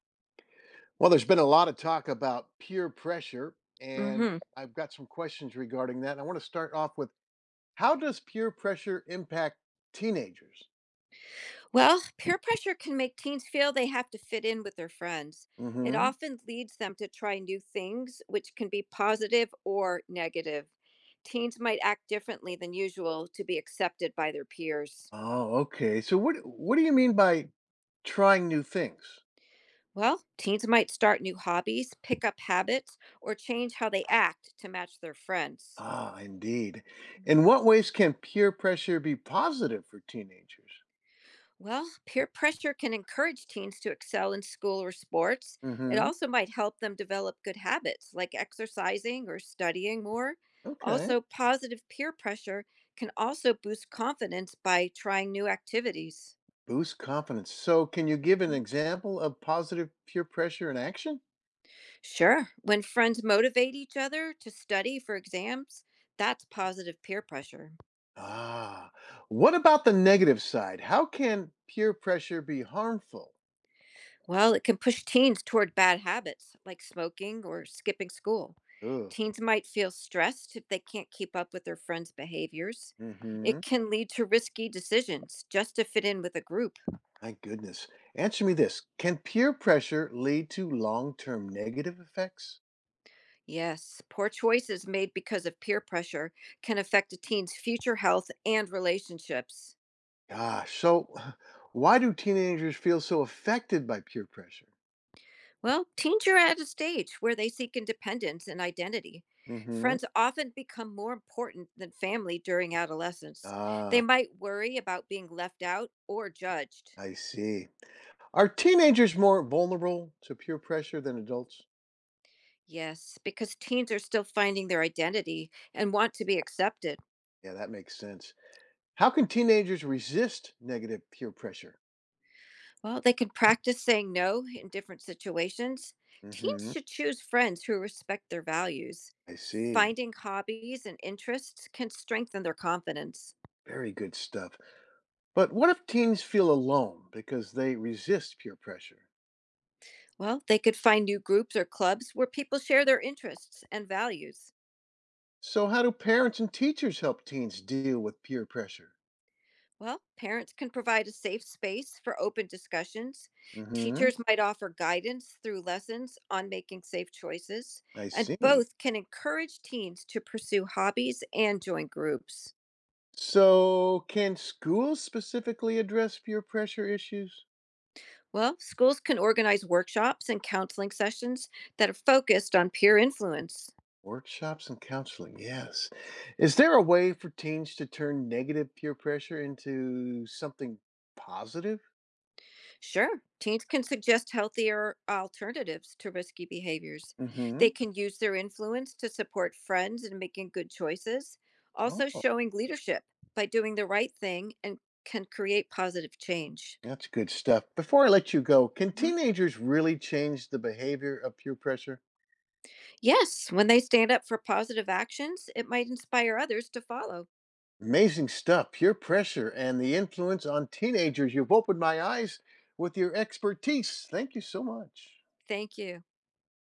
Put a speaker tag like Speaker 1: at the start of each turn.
Speaker 1: Well, there's been a lot of talk about peer pressure, and
Speaker 2: hmm
Speaker 1: I've got some questions regarding that. I want to start off with, how does peer pressure impact teenagers?
Speaker 2: Well, peer pressure can make teens feel they have to fit in with their friends. It
Speaker 1: Hmm.
Speaker 2: often leads them to try new things, which can be positive or negative. Teens might act differently than usual to be accepted by their peers.
Speaker 1: Oh, okay. So what do you mean by trying new things?
Speaker 2: Well, teens might start new hobbies, pick up habits, or change how they act to match their friends.
Speaker 1: Ah, indeed. In what ways can peer pressure be positive for teenagers?
Speaker 2: Well, peer pressure can encourage teens to excel in school or sports. It
Speaker 1: Hmm.
Speaker 2: also might help them develop good habits like exercising or studying more.
Speaker 1: Okay.
Speaker 2: Also, positive peer pressure can also boost confidence by trying new activities.
Speaker 1: Boost confidence. So can you give an
Speaker 2: Mm.
Speaker 1: example of positive peer pressure in action?
Speaker 2: Sure, when friends motivate each other to study for exams, that's positive peer pressure.
Speaker 1: Ah, what about the negative side? How can peer pressure be harmful?
Speaker 2: Well, it can push teens toward bad habits like smoking or skipping school.
Speaker 1: Ugh.
Speaker 2: Teens might feel stressed if they can't keep up with their friends' behaviors.
Speaker 1: Mm-hmm.
Speaker 2: It can lead to risky decisions just to fit in with a group.
Speaker 1: My goodness. Answer me this. Can peer pressure lead to long-term negative effects?
Speaker 2: Yes, poor choices made because of peer pressure can affect a teen's future health and relationships.
Speaker 1: Gosh, so why do teenagers feel so affected by peer pressure?
Speaker 2: Well, teens are at a stage where they seek independence and identity.
Speaker 1: Mm-hmm.
Speaker 2: Friends often become more important than family during adolescence. They
Speaker 1: Ah,
Speaker 2: might worry about being left out or judged.
Speaker 1: I see. Are teenagers more vulnerable to peer pressure than adults?
Speaker 2: Yes, because teens are still finding their identity and want to be accepted.
Speaker 1: Yeah, that makes sense. How can teenagers resist negative peer pressure?
Speaker 2: Well, they can practice saying no in different situations. Teens
Speaker 1: Mm-hmm.
Speaker 2: should choose friends who respect their values.
Speaker 1: I see.
Speaker 2: Finding hobbies and interests can strengthen their confidence.
Speaker 1: Very good stuff. But what if teens feel alone because they resist peer pressure?
Speaker 2: Well, they could find new groups or clubs where people share their interests and values.
Speaker 1: So, how do parents and teachers help teens deal with peer pressure?
Speaker 2: Well, parents can provide a safe space for open discussions.
Speaker 1: Hmm.
Speaker 2: Teachers might offer guidance through lessons on making safe choices,
Speaker 1: I
Speaker 2: and
Speaker 1: see.
Speaker 2: both can encourage teens to pursue hobbies and join groups.
Speaker 1: So, can schools specifically address peer pressure issues?
Speaker 2: Well, schools can organize workshops and counseling sessions that are focused on peer influence.
Speaker 1: Workshops and counseling, yes. Is there a way for teens to turn negative peer pressure into something positive?
Speaker 2: Sure. Teens can suggest healthier alternatives to risky behaviors. They
Speaker 1: Hmm.
Speaker 2: can use their influence to support friends in making good choices, also showing leadership by doing the right thing and can create positive change.
Speaker 1: That's good stuff. Before I let you go, can
Speaker 2: Mhm.
Speaker 1: teenagers really change the behavior of peer pressure?
Speaker 2: Yes, when they stand up for positive actions, it might inspire others to follow.
Speaker 1: Amazing stuff. Peer pressure and the influence on teenagers. You've opened my eyes with your expertise. Thank you so much.
Speaker 2: Thank you.